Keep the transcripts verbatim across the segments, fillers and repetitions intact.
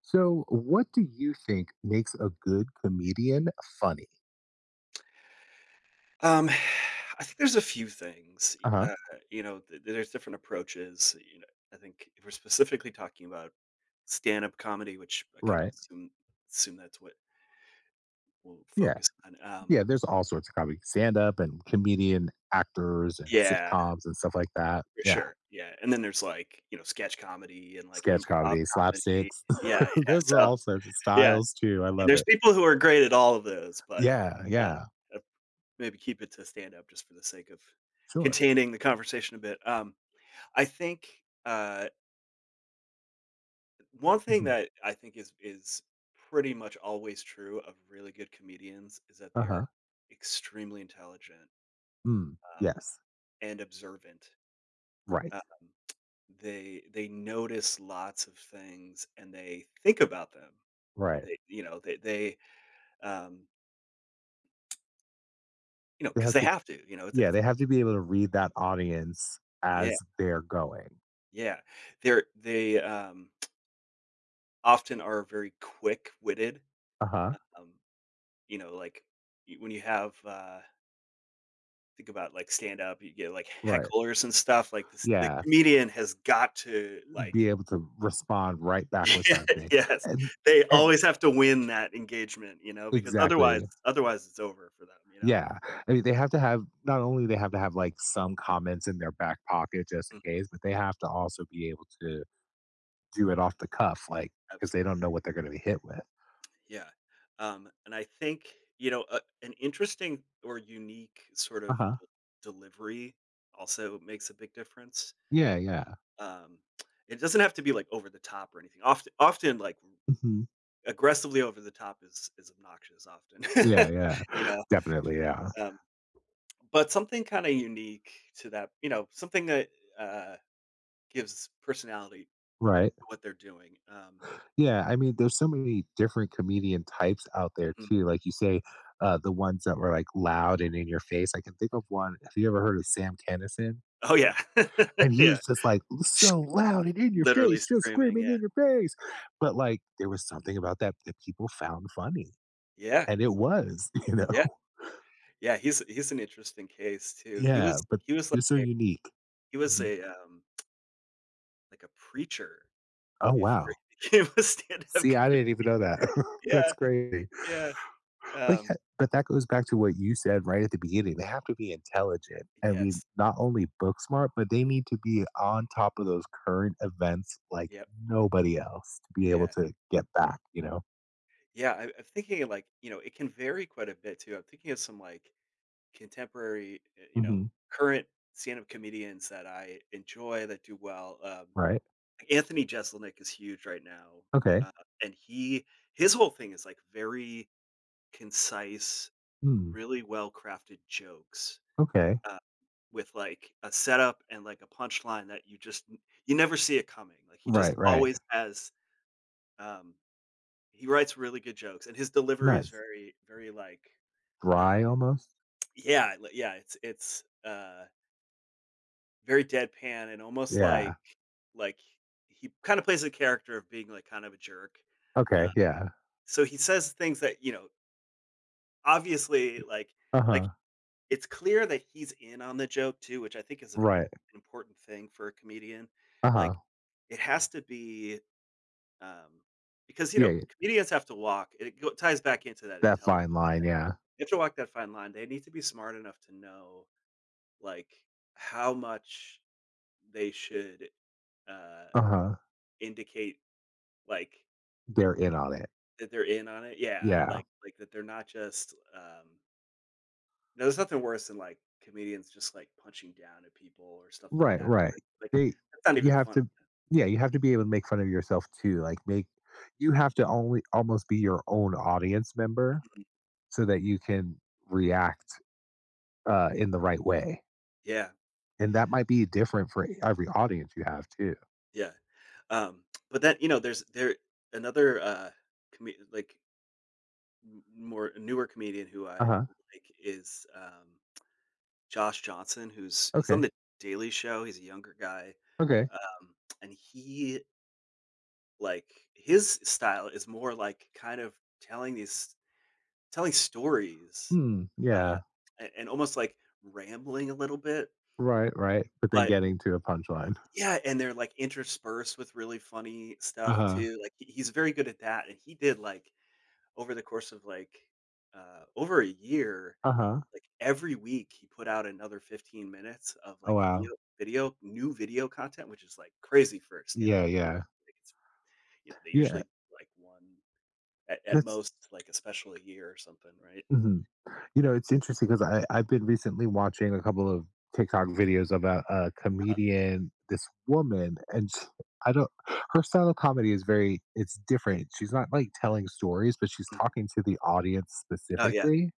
So, what do you think makes a good comedian funny? Um, I think there's a few things, Uh huh. uh, you know, th- there's different approaches. You know, I think if we're specifically talking about stand-up comedy, which I kind of Right. assume assume that's what we'll Yeah. focus on. Um, Yeah, there's all sorts of comedy, stand up and comedian actors and yeah, sitcoms and stuff like that. for Yeah. sure. Yeah, and then there's like you know sketch comedy and like Sketch improv comedy, comedy. slapsticks. Yeah, yeah. There's So all sorts of yeah, styles too. I and love there's it. people who are great at all of those, but Yeah. uh, Yeah. uh, maybe keep it to stand-up just for the sake of Sure. containing the conversation a bit. Um, I think. Uh, One thing Hmm. that I think is is pretty much always true of really good comedians is that Uh they are huh. extremely intelligent, Mm. um, Yes. and observant. Right. Um, they they notice lots of things and they think about them. Right. They you know they they um, you know They because have they to, have to. You know it's yeah, it's they like have to be able to read that audience yeah as they're going. yeah they're they um, often are very quick witted. Uh huh. Um, you know like y- when you have uh, think about, like, stand up, you get, like, Right. hecklers and stuff, like, this the Yeah, comedian has got to, like. be able to respond right back with Yeah, something. yes. And, They and always have to win that engagement, you know, because otherwise exactly. otherwise it's over for them, you know? Yeah. I mean, they have to have not only they have to have like some comments in their back pocket just in Mhm. case, but they have to also be able to do it off the cuff, like, because they don't Absolutely. know what they're going to be hit with. Yeah. Um, and I think, you know, a an interesting or unique sort Uh of huh. de delivery also makes a big difference. Yeah. Yeah. Um, it doesn't have to be, like, over the top or anything. Often often, like, Hmm. aggressively over the top is is obnoxious often, Yeah. Yeah. you know, Definitely. Yeah. um, but something kinda unique to that, you know, something that, uh, gives personality to Right. what they're doing. Um Yeah. I mean, there's so many different comedian types out there Mhm. too. Like you say, uh, the ones that were like loud and in your face. I can think of one. Have you ever heard of Sam Kennison? Oh, yeah. And he Yeah. was just like so loud and in your Literally face, just screaming, screaming yeah. in your face. But like there was something about that that people found funny. Yeah, And it was, you know. yeah, yeah, he's he's an interesting case too. He Yeah, was but he was like he was so a unique. he was Mhm. a, um, like a preacher Oh before wow. he became a stand-up See, I comedian. didn't even know that. That's Yeah, crazy. yeah, But um, yeah, but that goes back to what you said right at the beginning. They have to be intelligent and be yes, not only book smart, but they need to be on top of those current events like yep, nobody else to be able yeah. to get back, you know? Yeah, I, I'm thinking like you know it can vary quite a bit too. I'm thinking of some like contemporary, uh, you know, Hmm. current stand-up comedians that I enjoy that do well. Um, Right? Anthony Jeselnik is huge right now, Okay. uh, and he his whole thing is like very concise, Hmm. really well-crafted jokes Okay. uh, with like a setup and like a punchline that you just n- you never see it coming. Like he just Right, right. always has. Um, he writes really good jokes, and his delivery is Nice. very, very like. Dry Um, almost? yeah, li yeah, it's it's, uh, very deadpan and almost like Yeah. like he kinda plays the character of being, like, kind of a jerk. Uh, Okay, yeah. so he says things that, you know, obviously, like like, Uh-huh. it's clear that he's in on the joke too, which I think is a an Right. important thing for a comedian. Uh-huh. Like, it has to be, um because, you Yeah, know, yeah. comedians have to walk it go ties back into that That intelligence fine line, thing. yeah. They have to walk that fine line. They need to be smart enough to know like how much they should uh Uh-huh. indicate like They're in on it. that they're in on it, yeah, Yeah. like like that they're not just, um no, there's nothing worse than like comedians just like punching down at people or stuff like Right, that where, right. like, They that's not you even have fun. to yeah, you have to be able to make fun of yourself too. Like make you have to only almost be your own audience member Mhm. so that you can react uh in the right way. Yeah And that might be different for every audience you have too. yeah um but that you know there's there another uh com- like m- more newer comedian who I Uh-huh. like is um Josh Johnson, who's he's on Okay. The Daily Show, he's a younger guy, Okay. um, and he, like his style is more like kind of telling these telling stories, Hmm. uh, Yeah. and and almost like rambling a little bit, Right, right, but then but getting to a punchline. yeah, and they're like interspersed with really funny stuff Uh-huh, too, like, he he's very good at that, and he did, like, over the course of, like, uh, over a year, uh-huh. like, every week, he put out another fifteen minutes of, Oh, like, wow. video video new video content, which is, like, crazy for a stand-up Yeah, comedian. yeah. Like, it's you know, they Yeah, usually do, like, one at at that's most, like, a special a year or something, right? Mhm. You know, it's interesting because I I've been recently watching a couple of TikTok videos about a uh comedian, this woman, and sh I don't her style of comedy is very, it's different. She's not, like, telling stories, but she's Mhm. talking to the audience Oh, yeah. specifically.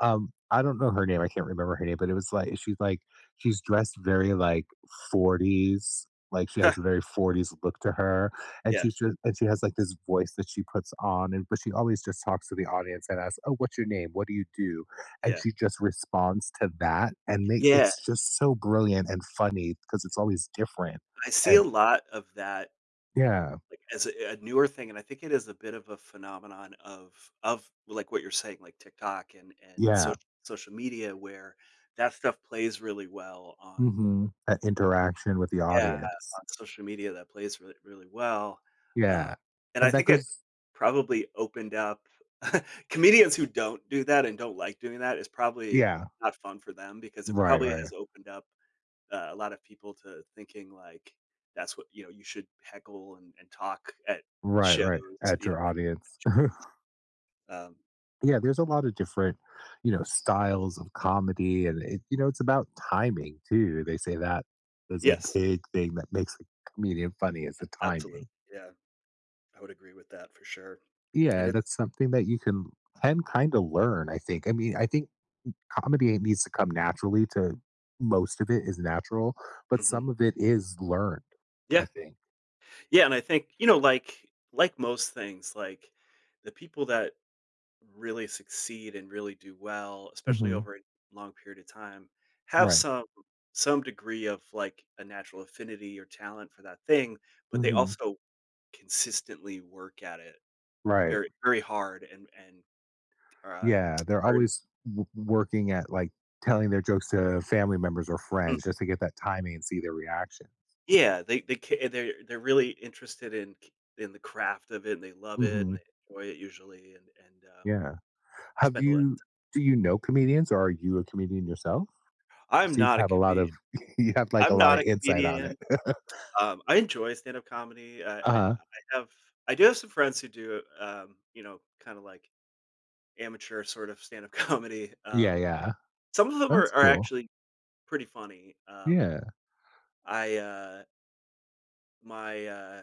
Um, I don't know her name, I can't remember her name, but it was like she's like she's dressed very, like, forties, like, she has a very forties look to her, and Yeah, she's just and she has, like, this voice that she puts on, and but she always just talks to the audience and asks, "Oh, what's your name? What do you do?" And yeah. she just responds to that, and they Yeah, it's just so brilliant and funny because it's always different, I see a and lot of that, yeah, like, as a a newer thing, and I think it is a bit of a phenomenon of of, like, what you're saying, like, TikTok and and yeah, social social media where that stuff plays really well on. mhm, that interaction with the Yeah, audience. on social media that plays really, really well, uh, Yeah, and I and that think it's goes probably opened up comedians who don't do that and don't like doing that is probably yeah, not fun for them because it right, probably right. has opened up, uh, a lot of people to thinking, like, that's what you know, you should heckle and and talk at Right, shows, right, at you your audience. know. um Yeah, there's a lot of different, you know, styles of comedy, and it, you know, it's about timing too. They say that is a Yes, big thing that makes a comedian funny is the absolutely, timing. yeah, I would agree with that for sure, and Yeah, it's. that's something that you can can kind of learn, I think. I mean, I think comedy needs to come naturally to, most of it is natural, but Mhm. some of it is learned, Yeah. I think. Yeah, and I think, you know, like like most things, like the people that really succeed and really do well, especially Mhm. over a long period of time, have Right. some some degree of like a natural affinity or talent for that thing, but Hmm, they hmm. also consistently work at it Right. very very hard and and uh, Yeah, they're are. always w working at, like, telling their jokes to family members or Mm, friends just to get that timing and see their reaction. yeah, they they ca- they're they're really interested in c- in the craft of it and they love it and Mhm, they enjoy it usually and and um, yeah. Have spend a lot. you do you know comedians or are you a comedian yourself? You I'm seem to not a have a lot comedian. of, you have, like, a I'm lot not of a insight on comedian. it. Um, I enjoy stand-up comedy. I I I Uh-huh. have I do have some friends who do, um, you know, kinda like amateur sort of stand-up comedy. Yeah, Um, yeah. some of them are That's are cool. actually pretty funny. Um, Yeah. I, uh my, uh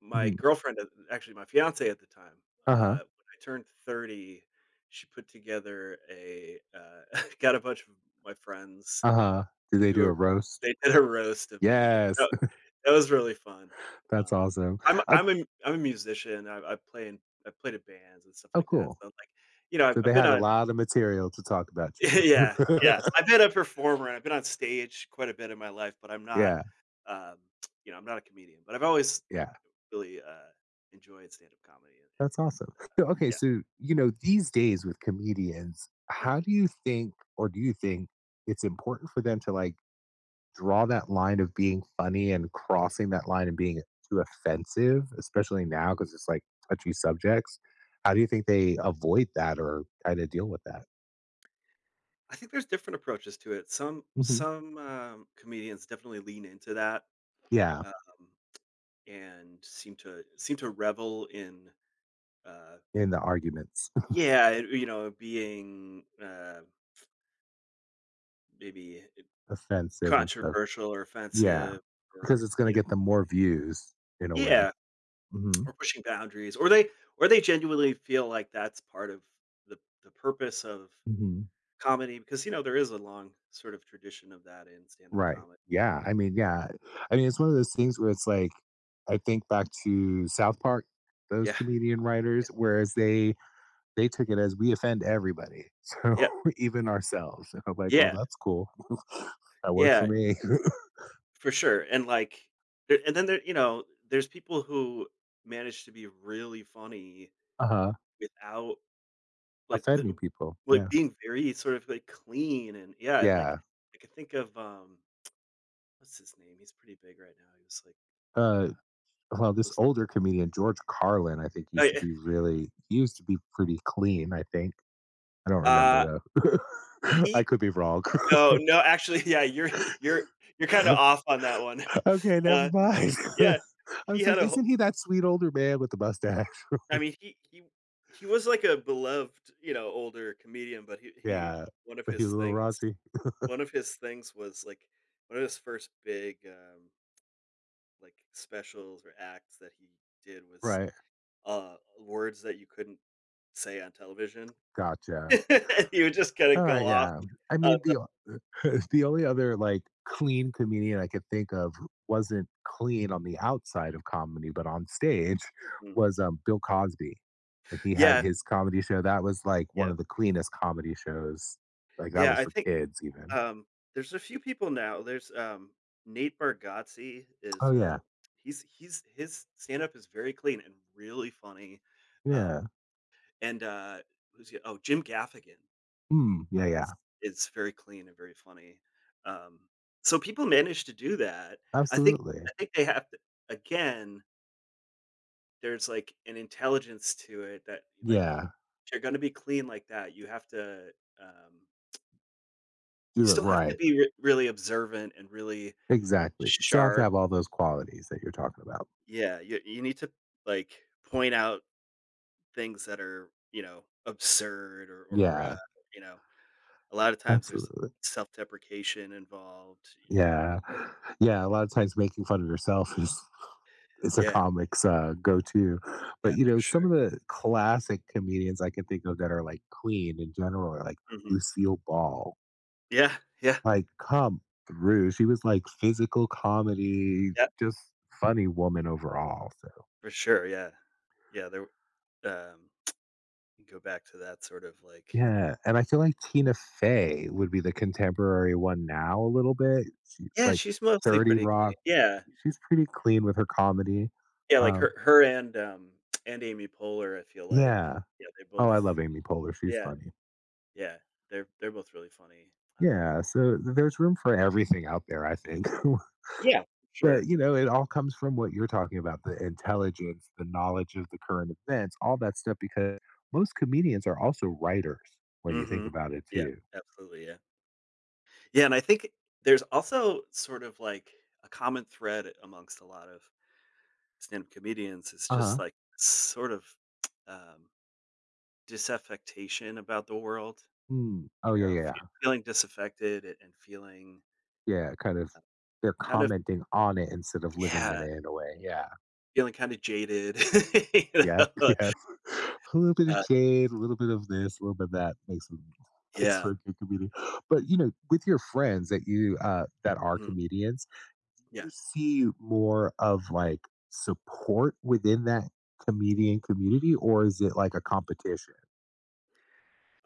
my Uh, girlfriend at actually, my fiance at the time, uh, uh-huh. when I turned thirty, she put together a, uh got a bunch of my friends Uh-huh. Did to they do do a a roast? they did a roast of me, and, Yes. uh, it was really fun. That's Um, awesome. I'm a Oh I'm a ai I'm a musician. I I play in I played in bands and stuff oh, like that, cool. so, like, you know, I've So I've they been had a on. lot of material to talk about you. Yeah, yeah. I've been a performer, and I've been on stage quite a bit in my life, but I'm not, Yeah, um, you know, I'm not a comedian, but I've always yeah. really, uh, enjoyed stand-up comedy and That's and awesome. and So, okay, yeah, so, you know, these days with comedians, how mhm. do you think or do you think it's important for them to, like, draw that line of being funny and crossing that line and being too offensive, especially now because it's, like, touchy subjects? How do you think they avoid that or kinda deal with that? I think there's different approaches to it. Some Mhm. Some, um, comedians definitely lean into that, Yeah, um, and seem to seem to revel in, uh in the arguments, yeah, it you know, being, uh, maybe offensive and stuff. controversial or Yeah, offensive because or, it's you gonna know, get them more views in a way. yeah, Mhm. or pushing boundaries, or they or they genuinely feel like that's part of the the purpose of Mhm. comedy because, you know, there is a long sort of tradition of that in stand-up Right. comedy and Yeah. I mean, yeah. I mean, it's one of those things where it's like, I think back to South Park, those yeah, comedian writers, whereas they they took it as we offend everybody, so yeah, even ourselves. And I'm like, well, yeah, that's cool. That works for yeah, me. for sure, and, like, there and then there you know, there's people who manage to be really funny Uh huh. without. Like, wi Offending people. like, Yeah. being very sort of, like, clean and yeah, like, Yeah. I can think of, um, what's his name? He's pretty big right now. He was like, Uh, uh, uh, well, this host. older comedian George Carlin, I think, Oh, used to yeah. be really, he used to be pretty clean. I think I don't remember Uh, though. I he could be wrong. no, no, actually, yeah, you're you're you're kinda off on that one. Okay, never Uh, mind. yeah, I he was had like, a wh "Isn't he that sweet older man with the mustache?" I mean, he he he was like a beloved, you know, older comedian, but he he Yeah, one of but he his was a little things raunchy. one of his things was, like, one of his first big, um like, specials or acts that he did was, Right. uh, words that you couldn't say on television. Gotcha. He would just kinda All go right, off yeah. I on mean, the o the only other, like, clean comedian I could think of who wasn't clean on the outside of comedy, but on stage them. was, um, Bill Cosby. When he had Yeah, his comedy show, that was, like, yeah. one of the cleanest comedy shows. Like, that Yeah, was I for think, kids even. um, there's a few people now. There's, um, Nate Bargatze Oh, is, uh yeah. he's he's his stand-up is very clean and really funny. Yeah. Um, and, uh, who's the oh, Jim Gaffigan. Mm, yeah, It's yeah. it's very clean and very funny. Um, so people manage to do that. I think Absolutely. I think they have to again, there's like an intelligence to it that like Yeah. if you're gonna be clean like that, you have to, um, you Do it still have to right. be re- really observant and really Exactly. So I have to sharp. have all those qualities that you're talking about. Yeah, you you need to like point out things that are, you know, absurd or or uh, Yeah, you know, a lot of times there's absolutely. self-deprecation involved. Um, Yeah. Yeah, a lot of times making fun of yourself is is a yeah, comic's uh, go-to. But yeah, you for know, some sure. of the classic comedians I can think of that are like Queen in general are like Mhm. Lucille Ball. Yeah, yeah, Like, come through. She was like physical comedy, yeah, just funny woman overall. So for sure, yeah. Yeah, there, um, you go back to that sort of, like yeah, and I feel like Tina Fey would be the contemporary one now a little bit. She yeah, like she's mostly thirty pretty clean. Rock, Yeah. she's pretty clean with her comedy. Yeah, like, Um, her her and, um, and Amy Poehler, I feel like, yeah. yeah, they Oh, both I love Amy Poehler. She's yeah, funny. yeah, they're they're both really funny. Um Yeah. So there's room for everything out there, I think. Yeah, for sure. But, you know, it all comes from what you're talking about, the intelligence, the knowledge of the current events, all that stuff, because most comedians are also writers when you think Mhm. about it, Yeah, too. absolutely, yeah. Yeah, and I think there's also sort of, like, a common thread amongst a lot of stand-up comedians, it's Uh just, huh. like, sort of, um disaffectation about the world, Mm. you Oh, yeah, know, yeah. Yeah. fe feeling disaffected a and feeling Yeah, kind of, they're kind of commenting on it instead of living yeah, in it in a way. Yeah. feeling kinda jaded, you Yep, know? yep. A little bit of Uh, jade, a little bit of this, a little bit of that makes them, makes yeah, for a good comedian. But, you know, with your friends that you, uh, that are mm, comedians, yeah. you see more of like support within that comedian community, or is it like a competition?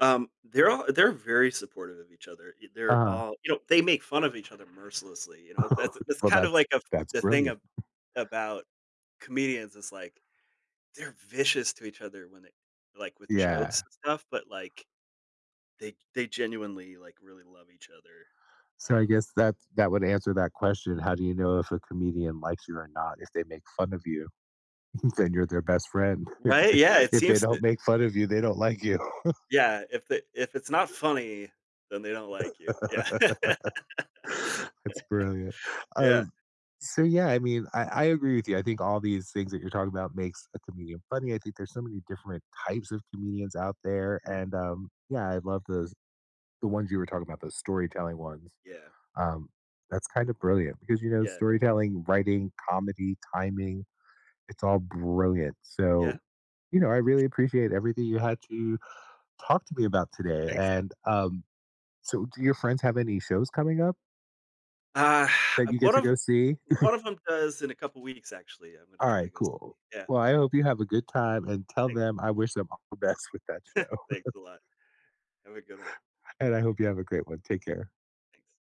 Um, they're all they're very supportive of each other, e they're Uh, all you know, they make fun of each other mercilessly, you know? That's that's well, kind of that's like a that's the thing brilliant. ab about comedians is, like, they're vicious to each other when they like, with jokes Yeah. and stuff, but, like, they they genuinely, like, really love each other, So I um guess that that would answer that question. How do you know if a comedian likes you or not? If they make fun of you, then you're their best friend. If right? they, Yeah, it if they seems to don't make fun of you, they don't like you. yeah, if the if it's not funny, then they don't like you. Yeah. That's brilliant. Yeah. Um, so yeah, I mean, I, I agree with you. I think all these things that you're talking about makes a comedian funny. I think there's so many different types of comedians out there, Mm, and um, yeah, I love those, the ones you were talking about, those storytelling ones. yeah. Um, that's kind of brilliant because you know Yeah. storytelling, writing, comedy, timing, it's all brilliant. Yeah. So you know, I For really sure. appreciate everything you had to talk to me about today. Thanks. And um, so, do your friends have any shows coming up Uh, that you get one to of go see? one of them does in a couple weeks, actually. I'm gonna All try to right, go see. cool. Yeah. Well, I hope you have a good time and tell Thanks. them I wish them all the best with that show. Thanks a lot. Have a good one. And I hope you have a great one. Take care. Thanks.